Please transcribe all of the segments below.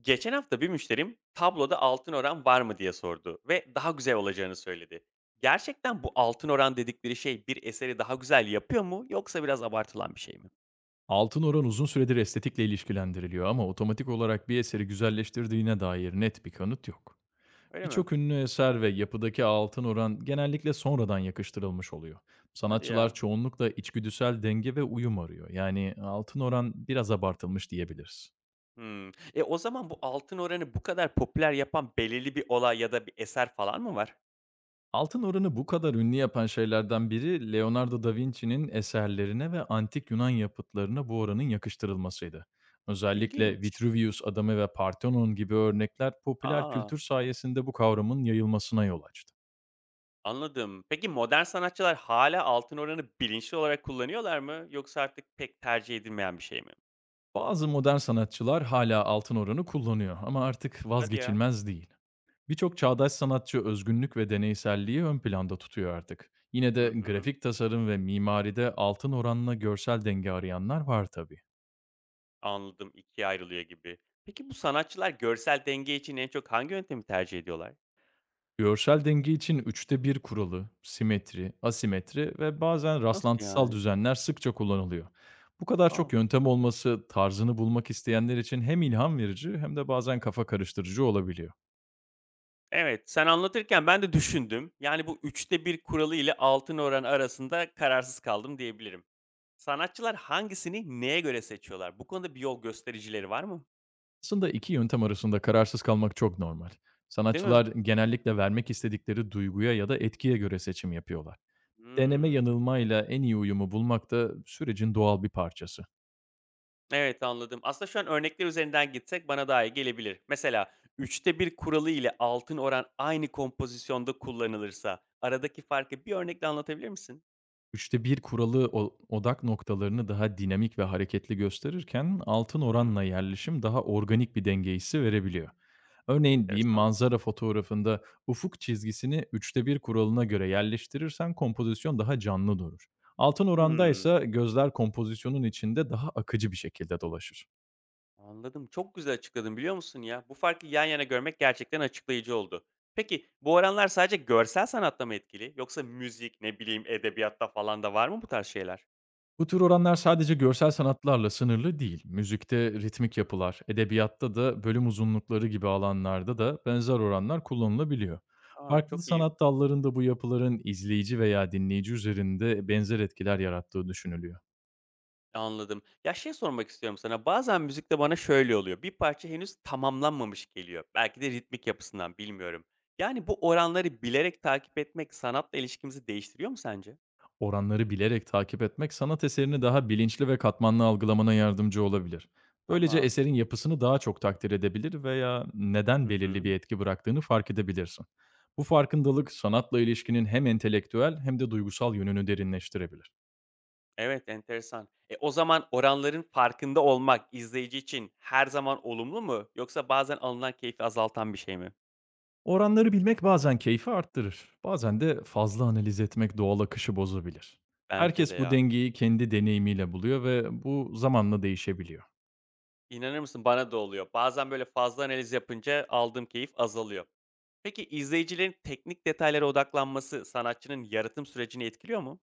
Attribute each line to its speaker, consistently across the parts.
Speaker 1: Geçen hafta bir müşterim tabloda altın oran var mı diye sordu ve daha güzel olacağını söyledi. Gerçekten bu altın oran dedikleri şey bir eseri daha güzel yapıyor mu yoksa biraz abartılan bir şey mi?
Speaker 2: Altın oran uzun süredir estetikle ilişkilendiriliyor ama otomatik olarak bir eseri güzelleştirdiğine dair net bir kanıt yok.
Speaker 1: Öyle mi?
Speaker 2: Birçok ünlü eser ve yapıdaki altın oran genellikle sonradan yakıştırılmış oluyor.
Speaker 1: Hadi
Speaker 2: Sanatçılar
Speaker 1: ya.
Speaker 2: çoğunlukla içgüdüsel denge ve uyum arıyor. Yani altın oran biraz abartılmış diyebiliriz.
Speaker 1: Hmm. E o zaman bu altın oranı bu kadar popüler yapan belirli bir olay ya da bir eser falan mı var?
Speaker 2: Altın oranı bu kadar ünlü yapan şeylerden biri, Leonardo da Vinci'nin eserlerine ve antik Yunan yapıtlarına bu oranın yakıştırılmasıydı. Özellikle
Speaker 1: İlginç.
Speaker 2: Vitruvius Adamı ve Parthenon gibi örnekler, popüler
Speaker 1: Aa,
Speaker 2: kültür sayesinde bu kavramın yayılmasına yol açtı.
Speaker 1: anladım. Peki modern sanatçılar hala altın oranı bilinçli olarak kullanıyorlar mı yoksa artık pek tercih edilmeyen bir şey mi?
Speaker 2: Bazı modern sanatçılar hala altın oranı kullanıyor ama artık
Speaker 1: Hadi ya.
Speaker 2: vazgeçilmez değil. Birçok çağdaş sanatçı özgünlük ve deneyselliği ön planda tutuyor artık. Yine de
Speaker 1: Hı hı.
Speaker 2: grafik tasarım ve mimaride altın oranla görsel denge arayanlar var tabii.
Speaker 1: Anladım, 2'ye ayrılıyor gibi. Peki bu sanatçılar görsel denge için en çok hangi yöntemi tercih ediyorlar?
Speaker 2: Görsel denge için üçte bir kuralı, simetri, asimetri ve bazen
Speaker 1: Nasıl
Speaker 2: rastlantısal
Speaker 1: yani?
Speaker 2: düzenler sıkça kullanılıyor. Bu kadar
Speaker 1: A!
Speaker 2: çok yöntem olması, tarzını bulmak isteyenler için hem ilham verici hem de bazen kafa karıştırıcı olabiliyor.
Speaker 1: Evet, sen anlatırken ben de düşündüm. Yani bu üçte bir kuralı ile altın oran arasında kararsız kaldım diyebilirim. Sanatçılar hangisini neye göre seçiyorlar? Bu konuda bir yol göstericileri var mı?
Speaker 2: Aslında iki yöntem arasında kararsız kalmak çok normal.
Speaker 1: Değil mi?
Speaker 2: Sanatçılar genellikle vermek istedikleri duyguya ya da etkiye göre seçim yapıyorlar. Deneme
Speaker 1: Hıı.
Speaker 2: yanılmayla en iyi uyumu bulmak da sürecin doğal bir parçası.
Speaker 1: Evet, anladım. Aslında şu an örnekler üzerinden gitsek bana daha iyi gelebilir. Mesela üçte bir kuralı ile altın oran aynı kompozisyonda kullanılırsa aradaki farkı bir örnekle anlatabilir misin?
Speaker 2: Üçte bir kuralı, o odak noktalarını daha dinamik ve hareketli gösterirken, altın
Speaker 1: Hı hı.
Speaker 2: oranla yerleşim daha organik bir denge hissi verebiliyor. Örneğin bir
Speaker 1: Enteresan.
Speaker 2: manzara fotoğrafında ufuk çizgisini üçte bir kuralına göre yerleştirirsen, kompozisyon daha canlı durur. Altın oranda
Speaker 1: Hımm,
Speaker 2: ise gözler kompozisyonun içinde daha akıcı bir şekilde dolaşır.
Speaker 1: anladım. Çok güzel açıkladın, biliyor musun ya? Bu farkı yan yana görmek gerçekten açıklayıcı oldu. Peki, bu oranlar sadece görsel sanatta mı etkili yoksa müzik, ne bileyim, edebiyatta falan da var mı bu tarz şeyler?
Speaker 2: Bu tür oranlar sadece görsel sanatlarla sınırlı değil. Müzikte ritmik yapılar, edebiyatta da bölüm uzunlukları gibi alanlarda da benzer oranlar kullanılabiliyor.
Speaker 1: A,
Speaker 2: Farklı
Speaker 1: çok iyi.
Speaker 2: sanat dallarında bu yapıların izleyici veya dinleyici üzerinde benzer etkiler yarattığı düşünülüyor.
Speaker 1: Anladım. Ya, şey sormak istiyorum sana, bazen müzikte bana şöyle oluyor, bir parça henüz tamamlanmamış geliyor. Belki de ritmik yapısından, bilmiyorum. Yani, bu oranları bilerek takip etmek sanatla ilişkimizi değiştiriyor mu sence?
Speaker 2: Oranları bilerek takip etmek, sanat eserini daha bilinçli ve katmanlı algılamana yardımcı olabilir. Böylece
Speaker 1: Tamam.
Speaker 2: eserin yapısını daha çok takdir edebilir veya neden
Speaker 1: Hı
Speaker 2: belirli bir
Speaker 1: hı.
Speaker 2: etki bıraktığını fark edebilirsin. Bu farkındalık, sanatla ilişkinin hem entelektüel hem de duygusal yönünü derinleştirebilir.
Speaker 1: Evet, enteresan. E, o zaman oranların farkında olmak izleyici için her zaman olumlu mu yoksa bazen alınan keyfi azaltan bir şey mi?
Speaker 2: Oranları bilmek bazen keyfi arttırır, bazen de fazla analiz etmek doğal akışı bozabilir.
Speaker 1: Bence de
Speaker 2: Herkes bu
Speaker 1: ya.
Speaker 2: dengeyi kendi deneyimiyle buluyor ve bu zamanla değişebiliyor.
Speaker 1: İnanır mısın, bana da oluyor. Bazen, böyle, fazla analiz yapınca aldığım keyif azalıyor. Peki, izleyicilerin teknik detaylara odaklanması sanatçının yaratım sürecini etkiliyor mu?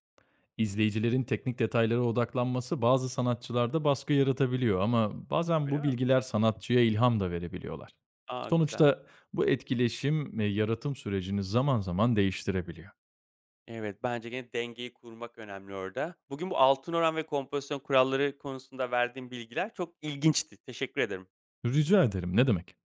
Speaker 2: İzleyicilerin teknik detaylara odaklanması bazı sanatçılarda baskı yaratabiliyor, ama bazen
Speaker 1: Öyle
Speaker 2: bu
Speaker 1: mi?
Speaker 2: bilgiler sanatçıya ilham da verebiliyorlar.
Speaker 1: A, güzel.
Speaker 2: Sonuçta bu etkileşim ve yaratım sürecini zaman zaman değiştirebiliyor.
Speaker 1: Evet, bence gene dengeyi kurmak önemli orada. Bugün bu altın oran ve kompozisyon kuralları konusunda verdiğim bilgiler çok ilginçti. Teşekkür ederim.
Speaker 2: Rica ederim, ne demek?